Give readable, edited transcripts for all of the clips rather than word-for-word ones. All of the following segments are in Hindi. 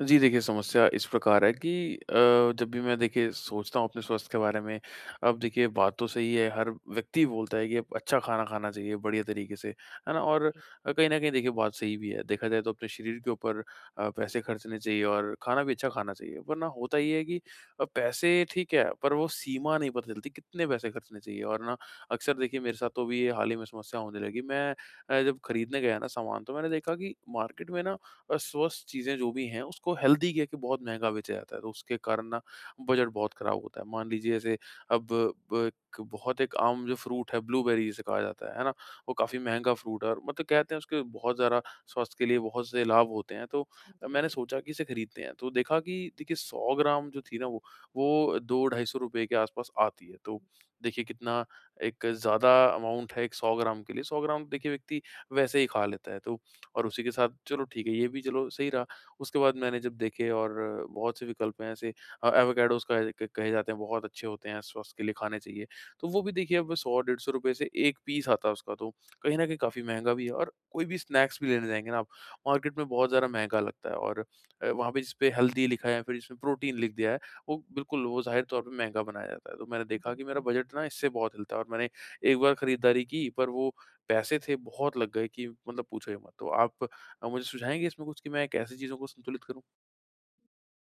जी देखिए, समस्या इस प्रकार है कि जब भी मैं देखिए सोचता हूँ अपने स्वास्थ्य के बारे में, अब देखिए बात तो सही है। हर व्यक्ति बोलता है कि अब अच्छा खाना खाना चाहिए बढ़िया तरीके से, है ना? और कहीं न कहीं देखिए बात सही भी है, देखा जाए तो अपने शरीर के ऊपर पैसे खर्चने चाहिए और खाना भी अच्छा खाना चाहिए, वरना होता ये है कि पैसे ठीक है, पर वो सीमा नहीं पता चलती कितने पैसे खर्चने चाहिए और ना अक्सर। देखिए मेरे साथ तो अभी ये हाल ही में समस्या होने लगी। मैं जब खरीदने गया ना सामान तो मैंने देखा कि मार्केट में ना स्वस्थ चीज़ें जो भी हैं उसको हेल्दी कह के बहुत महँगा बेचा जाता है, तो उसके कारण ना बजट बहुत खराब होता है। मान लीजिए जैसे अब ब क बहुत एक आम जो फ्रूट है ब्लूबेरी जिसे कहा जाता है ना? वो काफ़ी महँगा फ्रूट है और मतलब कहते हैं उसके बहुत ज़्यादा स्वास्थ्य के लिए बहुत से लाभ होते हैं, तो मैंने सोचा कि इसे खरीदते हैं। तो देखा कि देखिए 100 ग्राम जो थी ना वो 2 ₹250 के आस-पास आती है, तो देखिए कितना एक ज़्यादा अमाउंट है एक 100 ग्राम के लिए। 100 ग्राम देखिए व्यक्ति वैसे ही खा लेता है, तो और उसी के साथ चलो ठीक है ये भी चलो सही रहा। उसके बाद मैंने जब देखे और बहुत से विकल्प हैं ऐसे। एवोकाडोज़ कहे जाते हैं बहुत अच्छे होते हैं, स्वास्थ्य के लिए खाने चाहिए। तो वो भी देखिए अब 100 ₹150 से 1 पीस आता है उसका, तो कहीं न कहीं काफ़ी महँगा भी है। और कोई भी स्नैक्स भी लेने जाएँगे ना आप, मार्केट में बहुत ज़्यादा महँगा लगता है। और वहाँ पे जिसपे हेल्दी लिखा है या फिर जिसमें प्रोटीन लिख दिया है, वो बिल्कुल वो ज़ाहिर तौर पे महँगा बनाया जाता है। तो मैंने देखा कि मेरा बजट ना इससे बहुत हिलता है और मैंने एक बार खरीदारी की पर वो पैसे थे बहुत लग गए कि मतलब पूछो ही मत। तो आप मुझे सुझाएँगे इसमें कुछ कि मैं कैसे चीज़ों को संतुलित करूँ?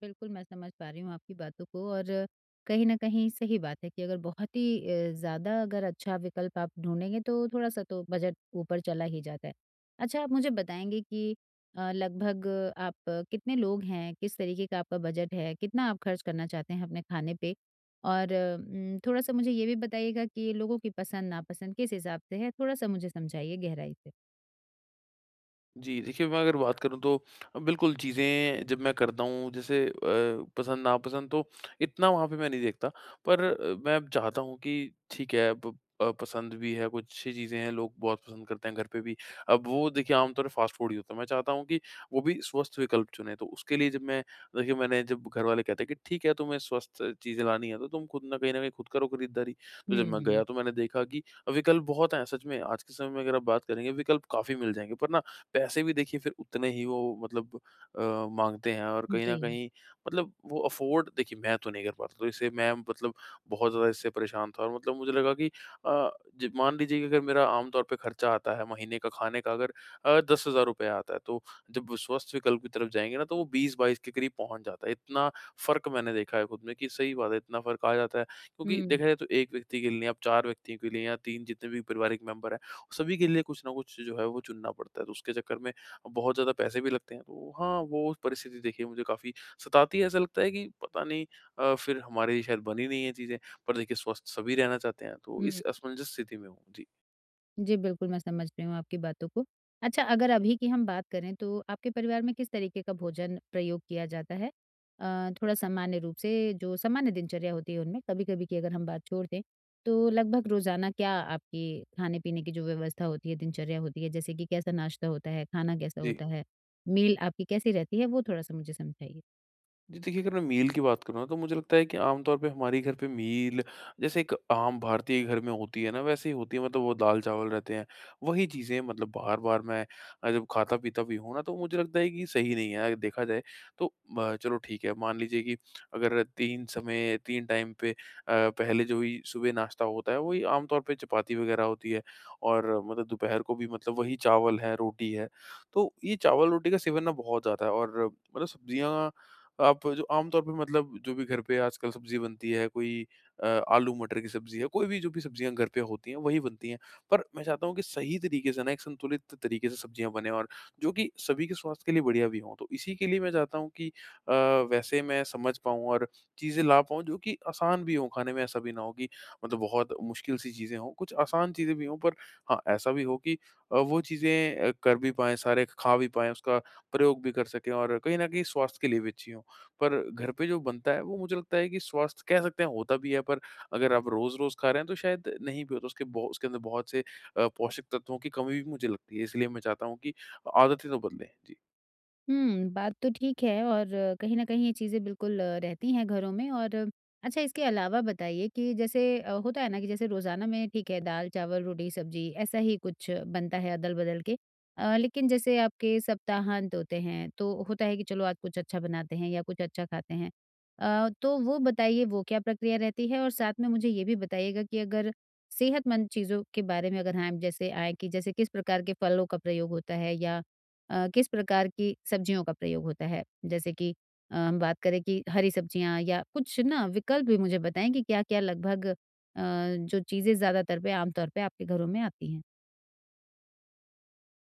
बिल्कुल, मैं समझ पा रही हूँ आपकी बातों को, और कहीं न कहीं सही बात है कि अगर बहुत ही ज़्यादा अगर अच्छा विकल्प आप ढूँढेंगे तो थोड़ा-सा तो बजट ऊपर चला ही जाता है। अच्छा, आप मुझे बताएँगे कि लगभग आप कितने लोग हैं? किस तरीके का आपका बजट है? कितना आप खर्च करना चाहते हैं अपने खाने पे? और थोड़ा-सा मुझे ये भी बताइएगा कि लोगों की पसंद-नापसंद किस हिसाब से है? थोड़ा-सा मुझे समझाइए गहराई से। जी, देखिए मैं अगर बात करूँ तो बिल्कुल चीज़ें जब मैं करता हूँ जैसे पसंद नापसंद तो इतना वहाँ पे मैं नहीं देखता। पर मैं अब चाहता हूँ कि ठीक है अब पसंद भी है, कुछ अच्छी चीज़ें हैं, लोग बहुत पसंद करते हैं घर पे भी। अब वो देखिए आमतौर पे फ़ास्ट फ़ूड ही होता है। मैं चाहता हूँ कि वो भी स्वस्थ विकल्प चुनें। तो उसके लिए जब मैं देखिए मैंने जब घरवाले कहते हैं कि ठीक है तुम्हें स्वस्थ चीज़ें लानी है तो तुम खुद ना कहीं न कहीं खुद करो खरीदारी। तो जब हुँ, मैं गया हुँ। तो मैंने देखा कि विकल्प बहुत हैं सच में। आज के समय में अगर आप बात करेंगे विकल्प काफ़ी मिल जाएँगे। पर ना पैसे भी देखिए फिर उतने ही वो मतलब माँगते हैं और कहीं जी। न कहीं मतलब वो अफ़ोर्ड देखिए मैं तो नहीं कर पाता, तो इससे मैं मतलब बहुत ज़्यादा इससे परेशान था। और मतलब मुझे लगा कि अ, ज मान लीजिए कि अगर मेरा आम तौर पे खर्चा आता है महीने का खाने का, अगर ₹10,000 आता है, तो जब वो स्वस्थ विकल्प की तरफ जाएँगे ना, तो वो 20-22 के करीब पहुँच जाता है। इतना फ़र्क मैंने देखा है खुद में कि सही बात है, इतना फ़र्क आ जाता है क्योंकि हुँ, देखा जाए तो 1 व्यक्ति के लिए नहीं, आप 4 व्यक्तियों के लिए या 3 जितने भी पारिवारिक मेंबर हैं सभी के लिए कुछ ना कुछ जो है वो चुनना पड़ता है, तो उसके चक्कर में बहुत ज़्यादा पैसे भी लगते हैं। तो हाँ, वो परिस्थिति देखिए मुझे काफ़ी सताती है, ऐसा लगता है कि पता नहीं फिर हमारे लिए शायद बनी नहीं है चीज़ें, पर देखिए स्वस्थ सभी रहना चाहते हैं, तो इस हुँ। असमंजस स्थिति में हूँ। जी। जी, बिल्कुल, मैं समझ रही हूँ आपकी बातों को। अच्छा, अगर अभी की हम बात करें तो आपके परिवार में किस तरीके का भोजन प्रयोग किया जाता है? थोड़ा सामान्य रूप से जो सामान्य दिनचर्या होती है उनमें, कभी-कभी की अगर हम बात छोड़ दें, तो लगभग रोज़ाना क्या आपकी खाने-पीने की जो व्यवस्था होती है, दिनचर्या होती है, जैसे कि कैसा नाश्ता होता है, खाना कैसा जी। होता है, मील आपकी कैसी रहती है, वो थोड़ा-सा मुझे समझाइए? जी, देखिए अगर मैं मील की बात करूँ ना तो मुझे लगता है कि आम तौर पे हमारे घर पे मील जैसे एक आम भारतीय घर में होती है ना वैसे ही होती है, मतलब वो दाल चावल रहते हैं। वही चीज़ें मतलब बार-बार मैं जब खाता-पीता भी हूँ ना तो मुझे लगता है कि सही नहीं है। अगर देखा जाए तो म चलो ठीक है, मान लीजिए कि अगर 3 समय 3 टाइम पे पहले जो भी सुबह नाश्ता होता है वही आम तौर पे चपाती वग़ैरह होती है और मतलब दोपहर को भी मतलब वही चावल है, रोटी है। तो ये चावल-रोटी का सेवन ना बहुत ज़्यादा है। और मतलब सब्जियाँ आप जो आमतौर पे, मतलब जो भी घर पे आजकल सब्ज़ी बनती है, कोई अ, आलू मटर की सब्ज़ी है, कोई भी जो भी सब्ज़ियाँ घर पे होती हैं, वही बनती हैं। पर मैं चाहता हूँ कि सही तरीके से ना, एक संतुलित तरीके से सब्ज़ियाँ बनें और जो कि सभी के स्वास्थ्य के लिए बढ़िया भी हों। तो इसी के लिए मैं चाहता हूँ कि वैसे मैं समझ पाऊँ और चीज़ें ला पाऊँ, जो कि आसान भी हों खाने में, ऐसा भी ना हो कि मतलब बहुत मुश्किल-सी चीज़ें हों। कुछ आसान चीज़ें भी हों, पर हाँ, ऐसा भी हो कि वो चीज़ें कर भी पाएँ सारे, खा भी पाएँ, उसका प्रयोग भी कर सकें और कहीं न कहीं स्वास्थ्य के लिए भी अच्छी हों। पर घर पे जो बनता है वो मुझे लगता है कि स्वास्थ्य कह सकते हैं होता भी है, पर अगर आप रोज़-रोज़ खा रहे हैं तो शायद नहीं भी होता। उसके बहु उसके अंदर बहुत से पोषक तत्वों की कमी भी मुझे लगती है, इसलिए मैं चाहता हूँ कि आदतें तो बदलें। जी। बात तो ठीक है, और कहीं न कहीं ये चीज़ें बिल्कुल रहती हैं घरों में। और अच्छा, इसके अलावा बताइए कि जैसे होता है ना कि जैसे रोज़ाना में ठीक है दाल-चावल, रोटी-सब्ज़ी ऐसा ही कुछ बनता है अदल-बदल के। लेकिन जैसे आपके सप्ताहांत होते हैं, तो होता है कि चलो आज कुछ अच्छा बनाते हैं या कुछ अच्छा खाते हैं। तो वो बताइए वो क्या प्रक्रिया रहती है? और साथ में मुझे ये भी बताइएगा कि अगर सेहतमंद चीज़ों के बारे में अगर हम जैसे आएँ कि जैसे किस प्रकार के फलों का प्रयोग होता है, या किस प्रकार की सब्जियों का प्रयोग होता है? जैसे कि हम बात करें कि हरी सब्जियाँ या कुछ ना, विकल्प भी मुझे बताएँ कि क्या-क्या लगभग जो चीज़ें ज़्यादातर पे आम तौर पे आपके घरों में आती हैं?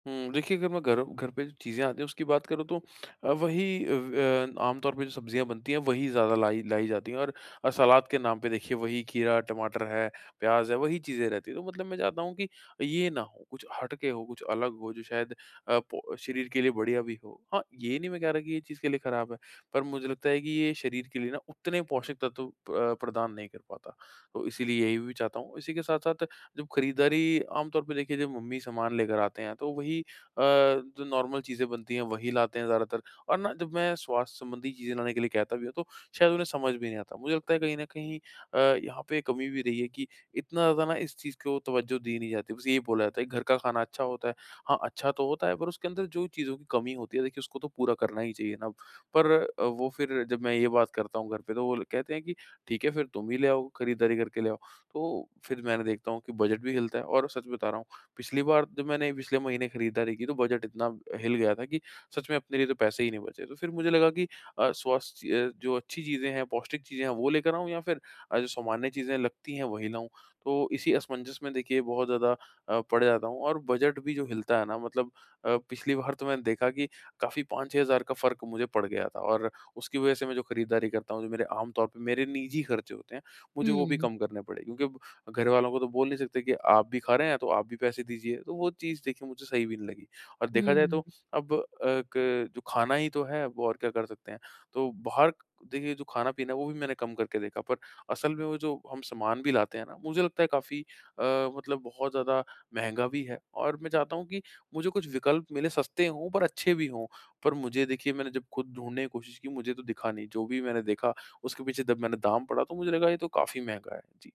हुँ, देखिए अगर मैं घर घर पे जो चीज़ें आती हैं उसकी बात करूँ तो अ, वही अ, व अ, आमतौर पे जो सब्जियाँ बनती हैं वही ज़्यादा लाई लाई जाती हैं। और सलाद के नाम पे देखिए वही खीरा, टमाटर है, प्याज़ है, वही चीज़ें रहती हैं। तो मतलब मैं चाहता हूँ कि ये ना हो, कुछ हट के हो, कुछ अलग हो जो शायद अ, पो शरीर के लिए बढ़िया भी हो। हाँ, ये नहीं मैं कह रहा कि ये चीज़ के लिए खराब है, पर मुझे लगता है कि ये शरीर के लिए ना उतने पोषक तत्व प्रदान नहीं कर पाता। तो इसीलिए यही भी चाहता हूँ। इसी के साथ-साथ जब खरीदारी आमतौर पे देखिए जब मम्मी सामान लेकर आते हैं तो वही जो नॉर्मल चीज़ें बनती हैं वही लाते हैं ज़्यादातर। और ना जब मैं स्वास्थ्य संबंधी चीज़ें लाने के लिए कहता भी हूँ तो शायद उन्हें समझ भी नहीं आता। मुझे लगता है कहीं न कहीं अ, यहाँ पे कमी भी रही है कि इतना ज़्यादा ना इस चीज़ को तवज्जो दी नहीं जाती। बस यही बोला जाता है कि घर का खाना अच्छा होता है। हाँ, अच्छा तो होता है, पर उसके अंदर जो चीज़ों की कमी होती है देखिए उसको तो पूरा करना ही चाहिए ना। पर वो फिर जब मैं ये बात करता हूँ घर पे तो वो ल कहते हैं कि ठीक है फिर तुम ही ले आओ, खरीदारी करके ले आओ। तो फिर मैंने देखता हूँ कि बजट भी हिलता है। और सच बता रहा हूँ, पिछली बार जब मैंने पिछले महीने खरीदारी की तो बजट इतना हिल गया था कि सच में अपने लिए तो पैसे ही नहीं बचे। तो फिर मुझे लगा कि स्वास्थ्य जो अच्छी चीज़ें हैं, पौष्टिक चीज़ें हैं वो लेकर आऊँ या फिर जो सामान्य चीज़ें लगती हैं वही लाऊँ। तो इसी असमंजस में देखिए बहुत ज़्यादा पड़ जाता हूँ। और बजट भी जो हिलता है ना मतलब पिछली बार तो मैंने देखा कि काफ़ी 5-6 हज़ार का फ़र्क मुझे पड़ गया था। और उसकी वजह से मैं जो खरीदारी करता हूँ, जो मेरे आम तौर पे मेरे निजी खर्चे होते हैं मुझे वो भी हुँ, कम करने पड़े, क्योंकि घर वालों को तो बोल नहीं सकते कि आप भी खा रहे हैं तो आप भी पैसे दीजिए। तो वो चीज़ देखिए मुझे सही भी नहीं लगी। और देखा जाए हुँ। तो अब अ, क जो खाना ही तो है अब, और क्या कर सकते हैं। तो बाहर देखिए जो खाना-पीना है वो भी मैंने कम करके देखा, पर असल में वो जो हम सामान भी लाते हैं ना मुझे लगता है काफ़ी अ, मतलब बहुत ज़्यादा महँगा भी है। और मैं चाहता हूँ कि मुझे कुछ विकल्प मिले, सस्ते हों पर अच्छे भी हों। पर मुझे देखिए मैंने जब खुद ढूँढने की कोशिश की मुझे तो दिखा नहीं, जो भी मैंने देखा उसके पीछे जब मैंने दाम पढ़ा तो मुझे लगा ये तो काफ़ी महँगा है। जी।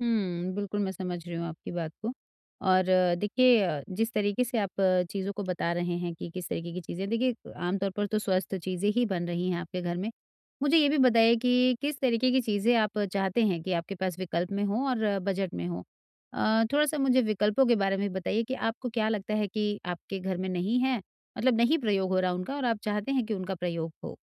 बिल्कुल मैं समझ रही हूँ आपकी बात को, और देखिए जिस तरीके से आप चीज़ों को बता रहे हैं कि किस तरीके की चीज़ें देखिए आम तौर पर तो स्वस्थ चीज़ें ही बन रही हैं आपके घर में। मुझे ये भी बताइए कि किस तरीके की चीज़ें आप चाहते हैं कि आपके पास विकल्प में हो और बजट में हो? थोड़ा-सा मुझे विकल्पों के बारे में बताइए कि आपको क्या लगता है कि आपके घर में नहीं है, मतलब नहीं प्रयोग हो रहा उनका, और आप चाहते हैं कि उनका प्रयोग हो?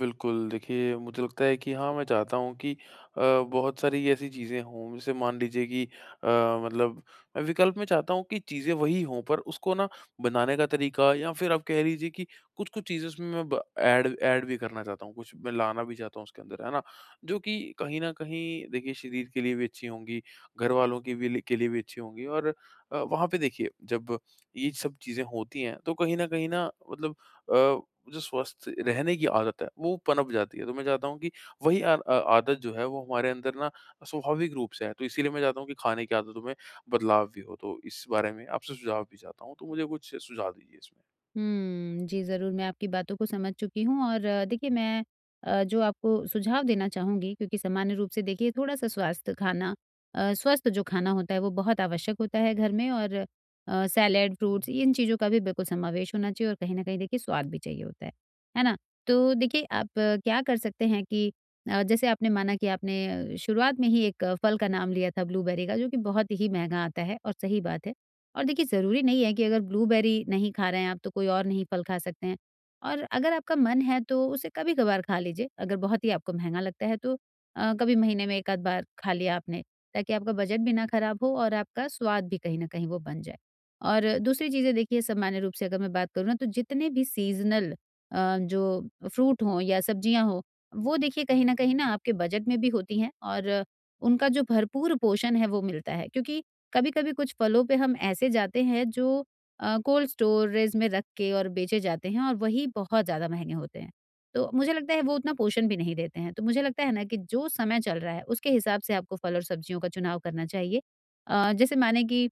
बिल्कुल, देखिए मुझे लगता है कि हाँ, मैं चाहता हूँ कि अ, बहुत सारी ऐसी चीज़ें हों, जैसे मान लीजिए कि मतलब मैं विकल्प में चाहता हूँ कि चीज़ें वही हों, पर उसको ना बनाने का तरीका, या फिर आप कह लीजिए कि कुछ-कुछ चीज़ें उसमें मैं ब ऐड ऐड भी करना चाहता हूँ, कुछ मैं लाना भी चाहता हूँ उसके अंदर, है ना? जो कि कहीं न कहीं देखिए शरीर के लिए भी अच्छी होंगी, घरवालों की भी लि के लिए भी अच्छी होंगी। और वहाँ पे देखिए जब ये सब चीज़ें होती हैं, तो कहीं न कहीं ना मतलब अ, जो स्वस्थ रहने की आदत है, वो पनप जाती है। तो मैं चाहता हूँ कि आदत जो है, वो हमारे अंदर ना स्वाभाविक रूप से है। तो इसीलिए मैं चाहता हूँ कि खाने की आदतों में बदलाव भी हो। तो इस बारे में आपसे सुझाव भी चाहता हूँ, तो मुझे कुछ सुझाव दीजिए इसमें? हुँ। जी, ज़रूर मैं आपकी बातों को समझ चुकी हूँ। और देखिए मैं जो आपको सुझाव देना चाहूँगी, क्योंकि सामान्य रूप से देखिए थोड़ा-सा स्वास्थ्य खाना स्वस्थ जो खाना होता है वो बहुत आवश्यक होता है घर में। और सैलेड, फ्रूट्स इन चीज़ों का भी बिल्कुल समावेश होना चाहिए, और कहीं न कहीं देखिए स्वाद भी चाहिए होता है। है ना? तो देखिए आप क्या कर सकते हैं कि जैसे आपने माना कि आपने शुरुआत में ही एक फल का नाम लिया था ब्लूबेरी का, जो कि बहुत ही महँगा आता है, और सही बात है। और देखिए ज़रूरी नहीं है कि अगर ब्लूबेरी नहीं खा रहे हैं आप तो कोई और नहीं फल खा सकते हैं। और अगर आपका मन है तो उसे कभी-कभार खा लीजिए, अगर बहुत ही आपको महँगा लगता है तो कभी महीने में 1 आध बार खा लिया आपने, ताकि आपका बजट भी ना खराब हो और आपका स्वाद भी कहीं न कहीं वो बन जाए। और दूसरी चीज़ें देखिए सामान्य रूप से अगर मैं बात करूँ ना तो जितने भी सीज़नल जो फ्रूट हों या सब्जियाँ हों, वो देखिए कहीं न कहीं ना आपके बजट में भी होती हैं, और उनका जो भरपूर पोषण है वो मिलता है। क्योंकि कभी-कभी कुछ फलों पे हम ऐसे जाते हैं जो कोल्ड स्टोरेज में रख के और बेचे जाते हैं, और वही बहुत ज़्यादा महँगे होते हैं। तो मुझे लगता है वो उतना पोषण भी नहीं देते हैं। तो मुझे लगता है ना कि जो समय चल रहा है उसके हिसाब से आपको फल और सब्जियों का चुनाव करना चाहिए। जैसे माने कि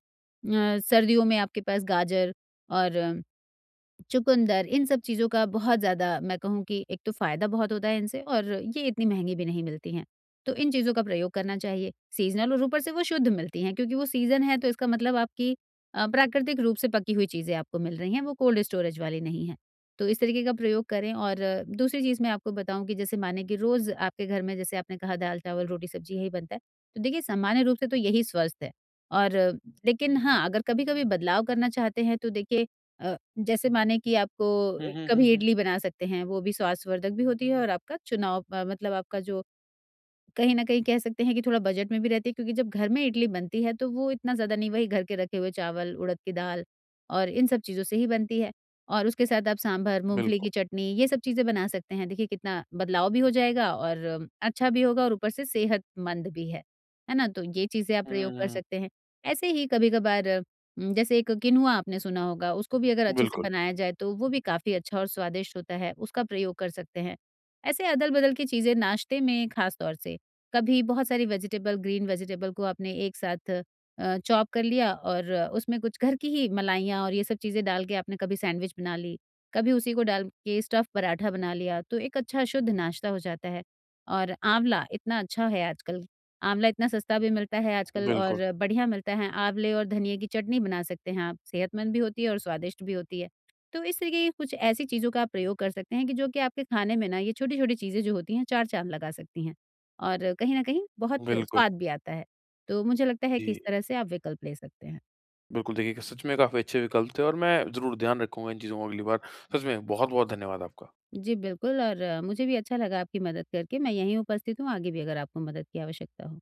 सर्दियों में आपके पास गाजर और चुकंदर, इन सब चीज़ों का बहुत ज़्यादा, मैं कहूँ कि एक तो फ़ायदा बहुत होता है इनसे, और ये इतनी महँगी भी नहीं मिलती हैं। तो इन चीज़ों का प्रयोग करना चाहिए। सीज़नल और ऊपर से वो शुद्ध मिलती हैं, क्योंकि वो सीज़न है, तो इसका मतलब आपकी प्राकृतिक रूप से पकी हुई चीज़ें आपको मिल रही हैं, वो कोल्ड स्टोरेज वाली नहीं हैं। तो इस तरीके का प्रयोग करें। और दूसरी चीज़ मैं आपको बताऊँ कि जैसे माने कि रोज़ आपके घर में जैसे आपने कहा दाल-चावल, रोटी-सब्जी यही बनता है। तो देखिए सामान्य रूप से तो यही स्वस्थ है। और लेकिन हाँ, अगर कभी-कभी बदलाव करना चाहते हैं तो देखिए अ, जैसे माने कि हुँ, आपको हुँ, हुँ, कभी हुँ। इडली बना सकते हैं, वो भी स्वास्थ्यवर्धक भी होती है, और आपका चुनाव मतलब आपका जो कहीं न कहीं कह सकते हैं कि थोड़ा बजट में भी रहती है, क्योंकि जब घर में इडली बनती है तो वो इतना ज़्यादा नहीं, वही घर के रखे हुए चावल, उड़द की दाल और इन सब चीज़ों से ही बनती है। और उसके साथ आप सांभर, मूँगफली बिल्कुल। की चटनी ये सब चीज़ें बना सकते हैं। देखिए कितना बदलाव भी हो जाएगा, और अच्छा भी होगा, और ऊपर से सेहतमंद भी है। है ना? तो ये चीज़ें आप हुँ, प्रयोग कर हुँ। सकते हैं। ऐसे ही कभी-कभार जैसे एक किनुआ आपने सुना होगा, उसको भी अगर अच्छे से बिल्कुल, बनाया जाए तो वो भी काफ़ी अच्छा और स्वादिष्ट होता है, उसका प्रयोग कर सकते हैं। ऐसे अदल-बदल की चीज़ें नाश्ते में खास तौर से कभी बहुत सारी वेजिटेबल ग्रीन वेजिटेबल को आपने एक साथ चॉप कर लिया, और उसमें कुछ घर की ही मलाइयाँ और ये सब चीज़ें डाल के आपने कभी सैंडविच बना ली, कभी उसी को डाल के स्टफ़ पराठा बना लिया, तो एक अच्छा शुद्ध नाश्ता हो जाता है। और आँवला इतना अच्छा है आजकल, आँवला इतना सस्ता भी मिलता है आजकल बिल्कुल, और बढ़िया मिलता है, आँवले और धनिये की चटनी बना सकते हैं आप, सेहतमंद भी होती है और स्वादिष्ट भी होती है। तो इस तरीके की कुछ ऐसी चीज़ों का आप प्रयोग कर सकते हैं, कि जो कि आपके खाने में ना ये छोटी-छोटी चीज़ें जो होती हैं, चार चाँद लगा सकती हैं। और कहीं न कहीं बहुत बिल्कुल। स्वाद भी आता है। तो मुझे लगता है कि इस जी, तरह से आप विकल्प ले सकते हैं। बिल्कुल देखिए, सच में काफ़ी अच्छे विकल्प थे और मैं ज़रूर ध्यान रखूँगा इन चीज़ों का अगली बार। सच में बहुत-बहुत धन्यवाद आपका। जी बिल्कुल, और मुझे भी अच्छा लगा आपकी मदद करके। मैं यहीं उपस्थित हूँ, आगे भी अगर आपको मदद की आवश्यकता हो।